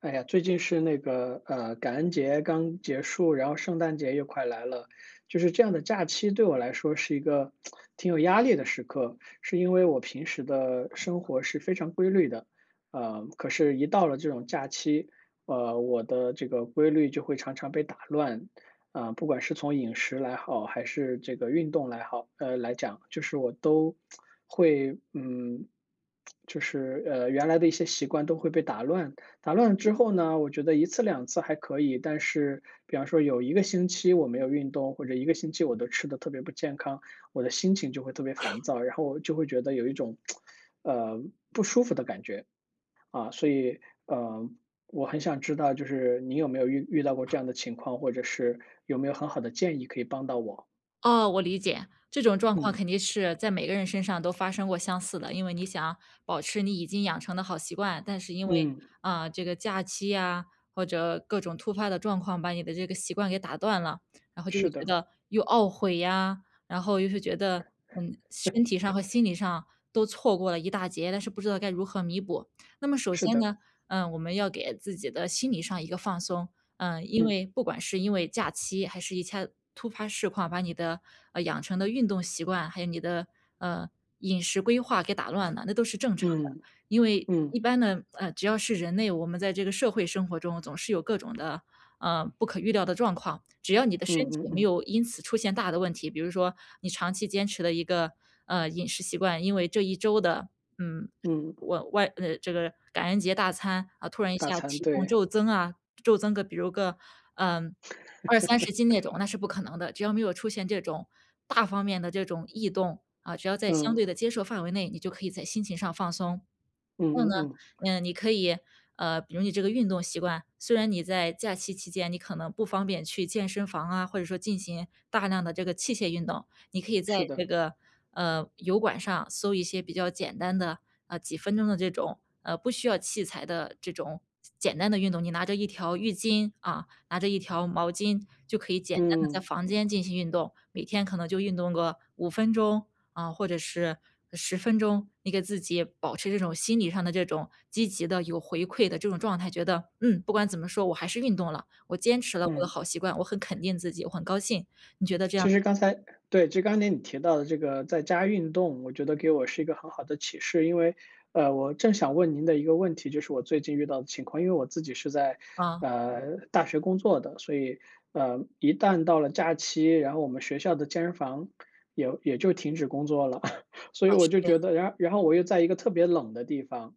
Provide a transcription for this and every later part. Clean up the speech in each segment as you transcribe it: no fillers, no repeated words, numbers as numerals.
哎呀，最近是感恩节刚结束，然后圣诞节又快来了，就是这样的假期对我来说是一个挺有压力的时刻，是因为我平时的生活是非常规律的。可是，一到了这种假期，我的这个规律就会常常被打乱。啊，不管是从饮食来好，还是这个运动来好，来讲，就是我都会，就是原来的一些习惯都会被打乱。打乱之后呢，我觉得一次两次还可以，但是比方说有一个星期我没有运动，或者一个星期我都吃的特别不健康，我的心情就会特别烦躁，然后我就会觉得有一种，呃，不舒服的感觉。啊，所以，呃，我很想知道就是你有没有遇到过这样的情况，或者是有没有很好的建议可以帮到我？哦，我理解，这种状况嗯，肯定是在每个人身上都发生过相似的，因为你想保持你已经养成的好习惯，但是因为嗯，这个假期呀、或者各种突发的状况把你的这个习惯给打断了，然后就会是觉的，得又懊悔呀，然后又是觉得身体上和心理上都错过了一大截，但是不知道该如何弥补。那么首是先的，呢，我们要给自己的心理上一个放松，因嗯，为不管是因为假期，还是一些突发事况，把你的，养成的运动习惯，还有你的，呃，饮食规划给打乱了，那都是正常的。嗯，因为嗯，一般的，只要是人类，我们在这个社会生活中总是有各种的，不可预料的状况。只要你的身嗯嗯体没嗯，有因此出现大的问题，比如说你长期坚持的一个，饮食习惯，因为这一周的，嗯，嗯，这个感恩节大餐，啊，突然一大下餐，体重对，骤增啊，骤增个比如个，嗯二三十斤那种，那是不可能的。只要没有出现这种大方面的这种异动，啊，只要在相嗯，对的接受范围内，你就可以在心情上放松。嗯然后嗯呢，嗯，你可以，比如你这个运动习惯，虽然你在假期期间你可能不方便去健身房啊，或者说进行大量的这个器械运动，你可以在是的。这个油管上搜一些比较简单的，几分钟的这种，不需要器材的这种简单的运动。你拿着一条浴巾啊，拿着一条毛巾就可以简单的在嗯房间进行运动，每天可能就运动个五分钟啊，或者是十分钟，你给自己保持这种心理上的这种积极的、有回馈的这种状态，觉得，不管怎么说，我还是运动了，我坚持了我的嗯。好习惯，我很肯定自己，我很高兴。你觉得这样其实刚才对，就刚才你提到的这个在家运动，我觉得给我是一个很好的启示。因为，我正想问您的一个问题，就是我最近遇到的情况。因为我自己是在，啊，大学工作的，所以，一旦到了假期，然后我们学校的健身房也就停止工作了。所以啊，我是就这样，觉得，然后我又在一个特别冷的地方，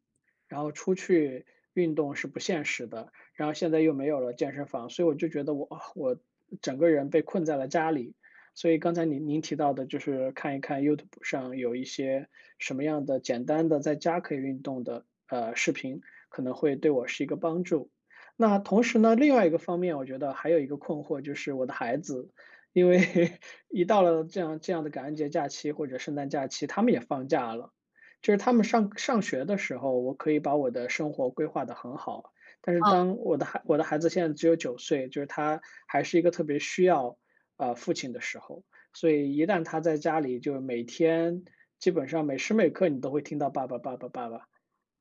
然后出去运动是不现实的。然后现在又没有了健身房，所以我就觉得我整个人被困在了家里。所以刚才您提到的，就是看一看 YouTube 上有一些什么样的简单的在家可以运动的视频，可能会对我是一个帮助。那同时呢，另外一个方面，我觉得还有一个困惑就是我的孩子，因为 一到了这样的感恩节假期或者圣诞假期，他们也放假了。就是他们上学的时候，我可以把我的生活规划得很好，但是啊，当我的孩子现在只有9岁，就是他还是一个特别需要父亲的时候。所以一旦他在家里，就是每天基本上每时每刻你都会听到“爸爸，爸爸，爸爸”。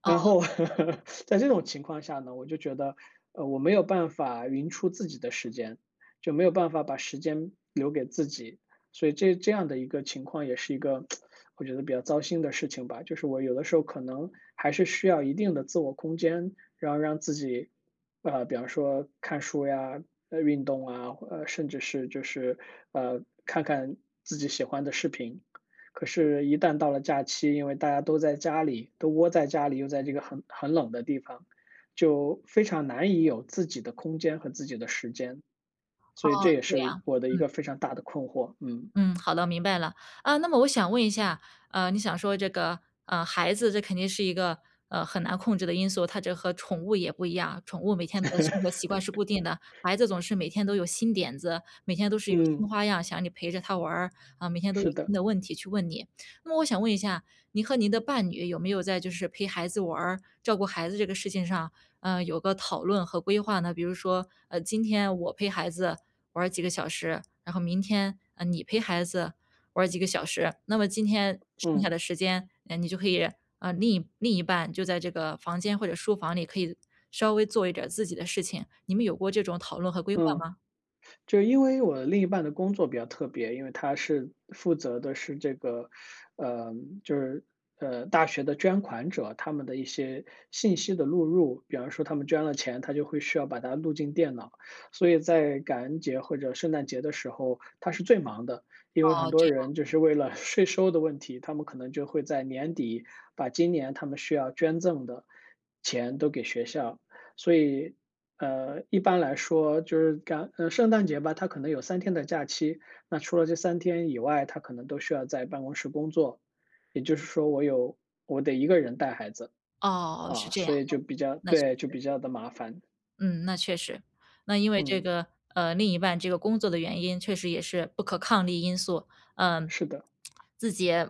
啊，然后 在这种情况下呢，我就觉得，我没有办法匀出自己的时间，就没有办法把时间留给自己，所以这样的一个情况也是一个我觉得比较糟心的事情吧。就是我有的时候可能还是需要一定的自我空间，然后让自己，比方说看书呀，运动啊，甚至是就是看看自己喜欢的视频。可是，一旦到了假期，因为大家都在家里，都窝在家里，又在这个很冷的地方，就非常难以有自己的空间和自己的时间。所以这也对是呀。我的一个非常大的困惑。嗯，嗯，好的，明白了。啊，那么我想问一下，你想说这个，孩子这肯定是一个，很难控制的因素，它这和宠物也不一样，宠物每天的生活习惯是固定的，孩子总是每天都有新点子，每天都是有新嗯，花样，想让你陪着他玩儿，啊，每天都有是的，新的问题去问你。那么我想问一下，您和您的伴侣有没有在就是陪孩子玩儿照顾孩子这个事情上，有个讨论和规划呢？比如说，今天我陪孩子，玩儿几个小时，然后明天，啊，你陪孩子玩儿几个小时，那么今天剩下嗯，的时间，你就可以，啊，另一半就在这个房间或者书房里可以稍微做一点儿自己的事情，你们有过这种讨论和规划嗯。吗？就因为我另一半的工作比较特别，因为他是负责的是这个，呃，就是大学的捐款者他们的一些信息的录入，比方说他们捐了钱，他就会需要把它录进电脑，所以在感恩节或者圣诞节的时候，他是最忙的，因为很哦，这多样，人就是为了 税收的问题，他们可能就会在年底把今年他们需要捐赠的钱都给学校，所以一般来说就是圣诞节吧，它可能有三天的假期，那除了这三天以外，他可能都需要在办公室工作。也就是说我得一个人带孩子，哦，是啊，这样，所以就比较那对，就比较的麻烦。嗯，那确实。那因为这嗯，个，另一半这个工作的原因，确实也是不可抗力因素。嗯，是的，自己也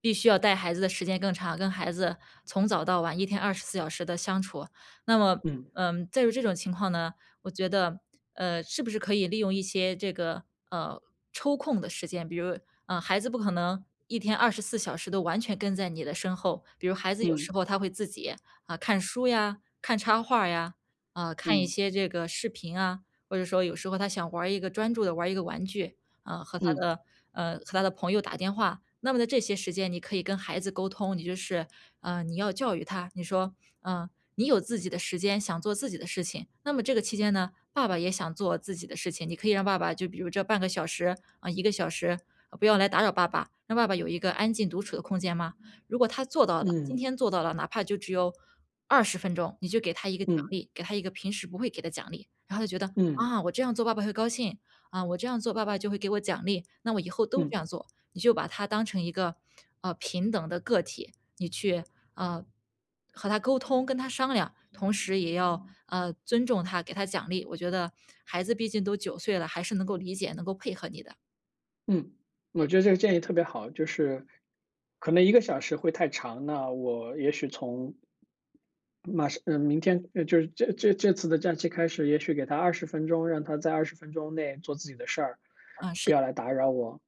必须要带孩子的时间更长，跟孩子从早到晚，一天二十四小时的相处。那么，嗯，在于这种情况呢，我觉得，是不是可以利用一些这个，呃，抽空的时间，比如，孩子不可能一天二十四小时都完全跟在你的身后，比如孩子有嗯，时候他会自己，啊，看书呀，看插画呀，啊，看一嗯，些这个视频啊，或者说有时候他想玩儿一个专注的玩儿一个玩具，啊，嗯，和他的朋友打电话。那么在这些时间，你可以跟孩子沟通，你就是，你要教育他，你说，嗯你有自己的时间，想做自己的事情，那么这个期间呢，爸爸也想做自己的事情，你可以让爸爸就比如这半个小时，啊一个小时，不要来打扰爸爸，让爸爸有一个安静独处的空间吗？如果他做到了，今嗯，天做到了，哪怕就只有20分钟，你就给他一个奖嗯，励，给他一个平时不会给的奖励。然后他觉得：嗯，嗯，嗯“啊，我这样做爸爸会高兴，啊，我这样做爸爸就会给我奖励，那我以后都这嗯。样做。”你就把他当成一个，平等的个体，你去，呃，和他沟通，跟他商量，同时也要，尊重他，给他奖励。我觉得孩子毕竟都9岁了，还是能够理解、能够配合你的。嗯，我觉得这个建议特别好，就是可能一个小时会太长，那我也许从马上明天就是这次的假期开始，也许给他二十分钟，让他在二十分钟内做自己的事儿，嗯，不是，要来打扰我。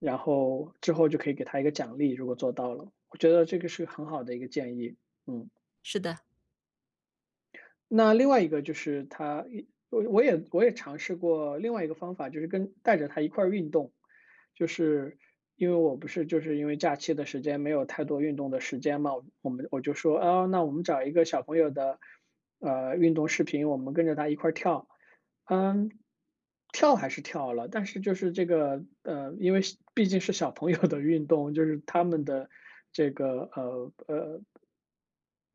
然后之后就可以给他一个奖励，如果做到了，我觉得这个是很好的一个建议。嗯。是的。那另外一个就是他我我也我也尝试过另外一个方法，就是跟带着他一块儿运动。就是因为我不是就是因为假期的时间没有太多运动的时间嘛，我们我就说，哦，那我们找一个小朋友的，运动视频，我们跟着他一块儿跳。嗯，跳还是跳了，但是就是这个，因为是毕竟是小朋友的运动，就是他们的这个，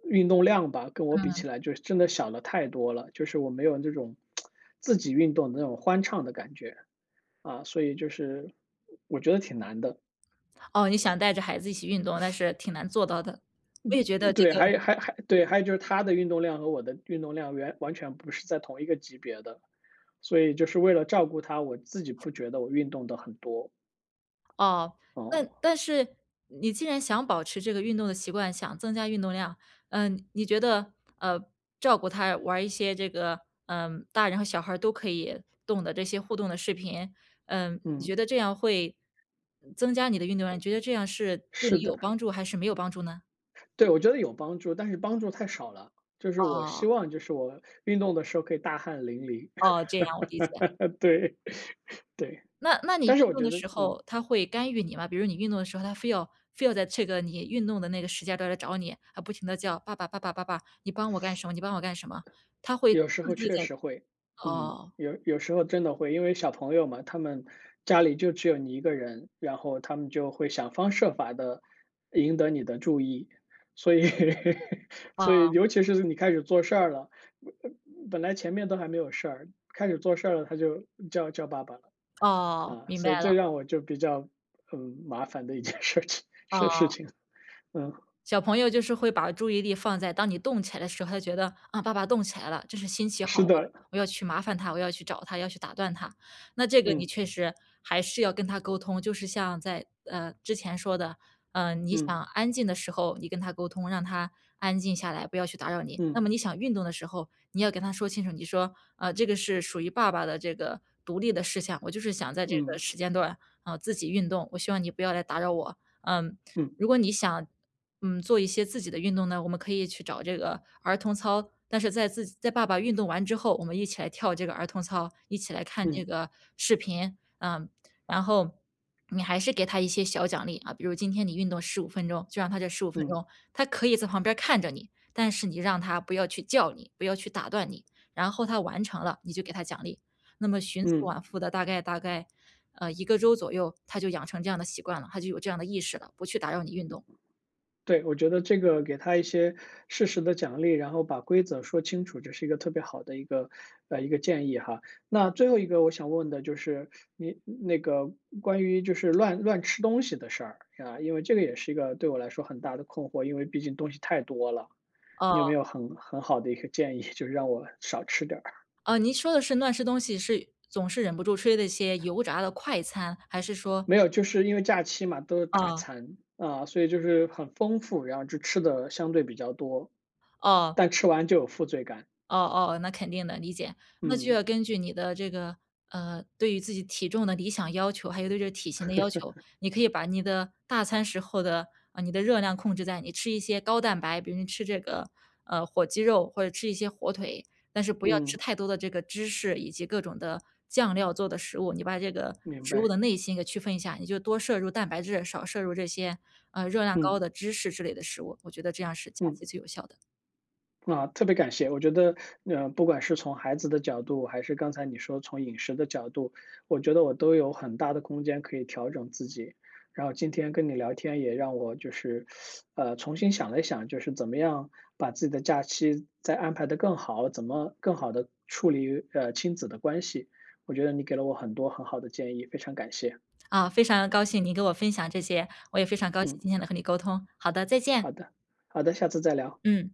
运动量吧，跟我比起来就是真的小了太多了，就是我没有那种自己运动的那种欢畅的感觉，啊，所以就是我觉得挺难的。哦，你想带着孩子一起运动，但是挺难做到的。我也觉得这对，个还有对，还有就是他的运动量和我的运动量完全不是在同一个级别的，所以就是为了照顾他，我自己不觉得我运动的很多。哦，那哦。但是你既然想保持这个运动的习惯，想增加运动量，你觉得，呃，照顾他玩儿一些这个，大人和小孩儿都可以动的这些互动的视频，你嗯，觉得这样会增加你的运动量，你觉得这样是对你是的，有帮助还是没有帮助呢？对，我觉得有帮助，但是帮助太少了。就是我哦，希望就是我运动的时候可以大汗淋漓。哦，这样我理解。对，对，那你但是我运动觉的得，时候，他会干预你吗？比如你运动的时候，他非要在这个你运动的那个时间段来找你，啊，不停的叫：“爸爸爸爸爸爸，你帮我干什么？你帮我干什么？”他会有时刺候激确的实会。嗯，哦，有时候真的会，因为小朋友嘛，他们家里就只有你一个人，然后他们就会想方设法的赢得你的注意。所以 哦，所以尤其是你开始做事儿了，呃本来前面都还没有事儿，开始做事儿了，他就叫爸爸了。哦，啊，明白所以这了，让我就比较麻烦的一件事情事事哦。情，嗯，小朋友就是会把注意力放在当你动起来的时候，他觉得啊，爸爸动起来了，真是新奇好是的，玩，我要去麻烦他，我要去找他，要去打断他。那这个你嗯确实还是要跟他沟通，就是像在之前说的，你嗯想安静的时候，你跟他沟通，让他安静下来，不要去打扰你。那嗯么你想运动的时候，你要跟他说清楚，你说啊，这个是属于爸爸的这个独立的事项，我就是想在这个嗯时间段自己运动，我希望你不要来打扰我。嗯，嗯如果你想做一些自己的运动呢，我们可以去找这个儿童操，但是在自己在爸爸运动完之后，我们一起来跳这个儿童操，一起来看这嗯个视频，然后你还是给他一些小奖励啊，比如今天你运动十五分钟，就让他这十五分嗯钟，他可以在旁边看着你，但是你让他不要去叫你，不要去打断你，然后他完成了，你就给他奖励。那么循次嗯。往复的，大概，一个周左右，他就养成这样的习惯了，他就有这样的意识了，不去打扰你运动。对，我觉得这个给他一些适时的奖励，然后把规则说清楚，这是一个特别好的一个一个建议哈。那最后一个我想问的就是你那个关于就是乱吃东西的事儿啊，因为这个也是一个对我来说很大的困惑，因为毕竟东西太多了。你有没呃有很好的一个建议，就是让我少吃点儿？您说的是乱吃东西是总是忍不住吃的一些油炸的快餐，还是说没有，就是因为假期嘛，都是大哦，餐啊，所以就是很丰富，然后就吃的相对比较多，哦，但吃完就有负罪感。哦哦，那肯定的，理解。那就嗯要根据你的这个，对于自己体重的理想要求，还有对这体型的要求，你可以把你的大餐时候的啊，你的热量控制在你吃一些高蛋白，比如你吃这个，火鸡肉或者吃一些火腿，但是不要吃嗯，太多的这个芝士以及各种的酱料做的食物。你把这个明食物白。的内心给区分一下，你就多摄入蛋白质，少摄入这些，热量高嗯的芝士之类的食物，我觉得这样是假嗯。期最有效的。啊，特别感谢。我觉得，不管是从孩子的角度，还是刚才你说从饮食的角度，我觉得我都有很大的空间可以调整自己。然后今天跟你聊天也让我就是，重新想了一想，就是怎么样把自己的假期再安排得更好，怎么更好的处理，亲子的关系。我觉得你给了我很多很好的建议，非常感谢。啊，非常高兴你给我分享这些，我也非常高兴嗯，今天能和你沟通。好的，再见，好的，好的，下次再聊。嗯。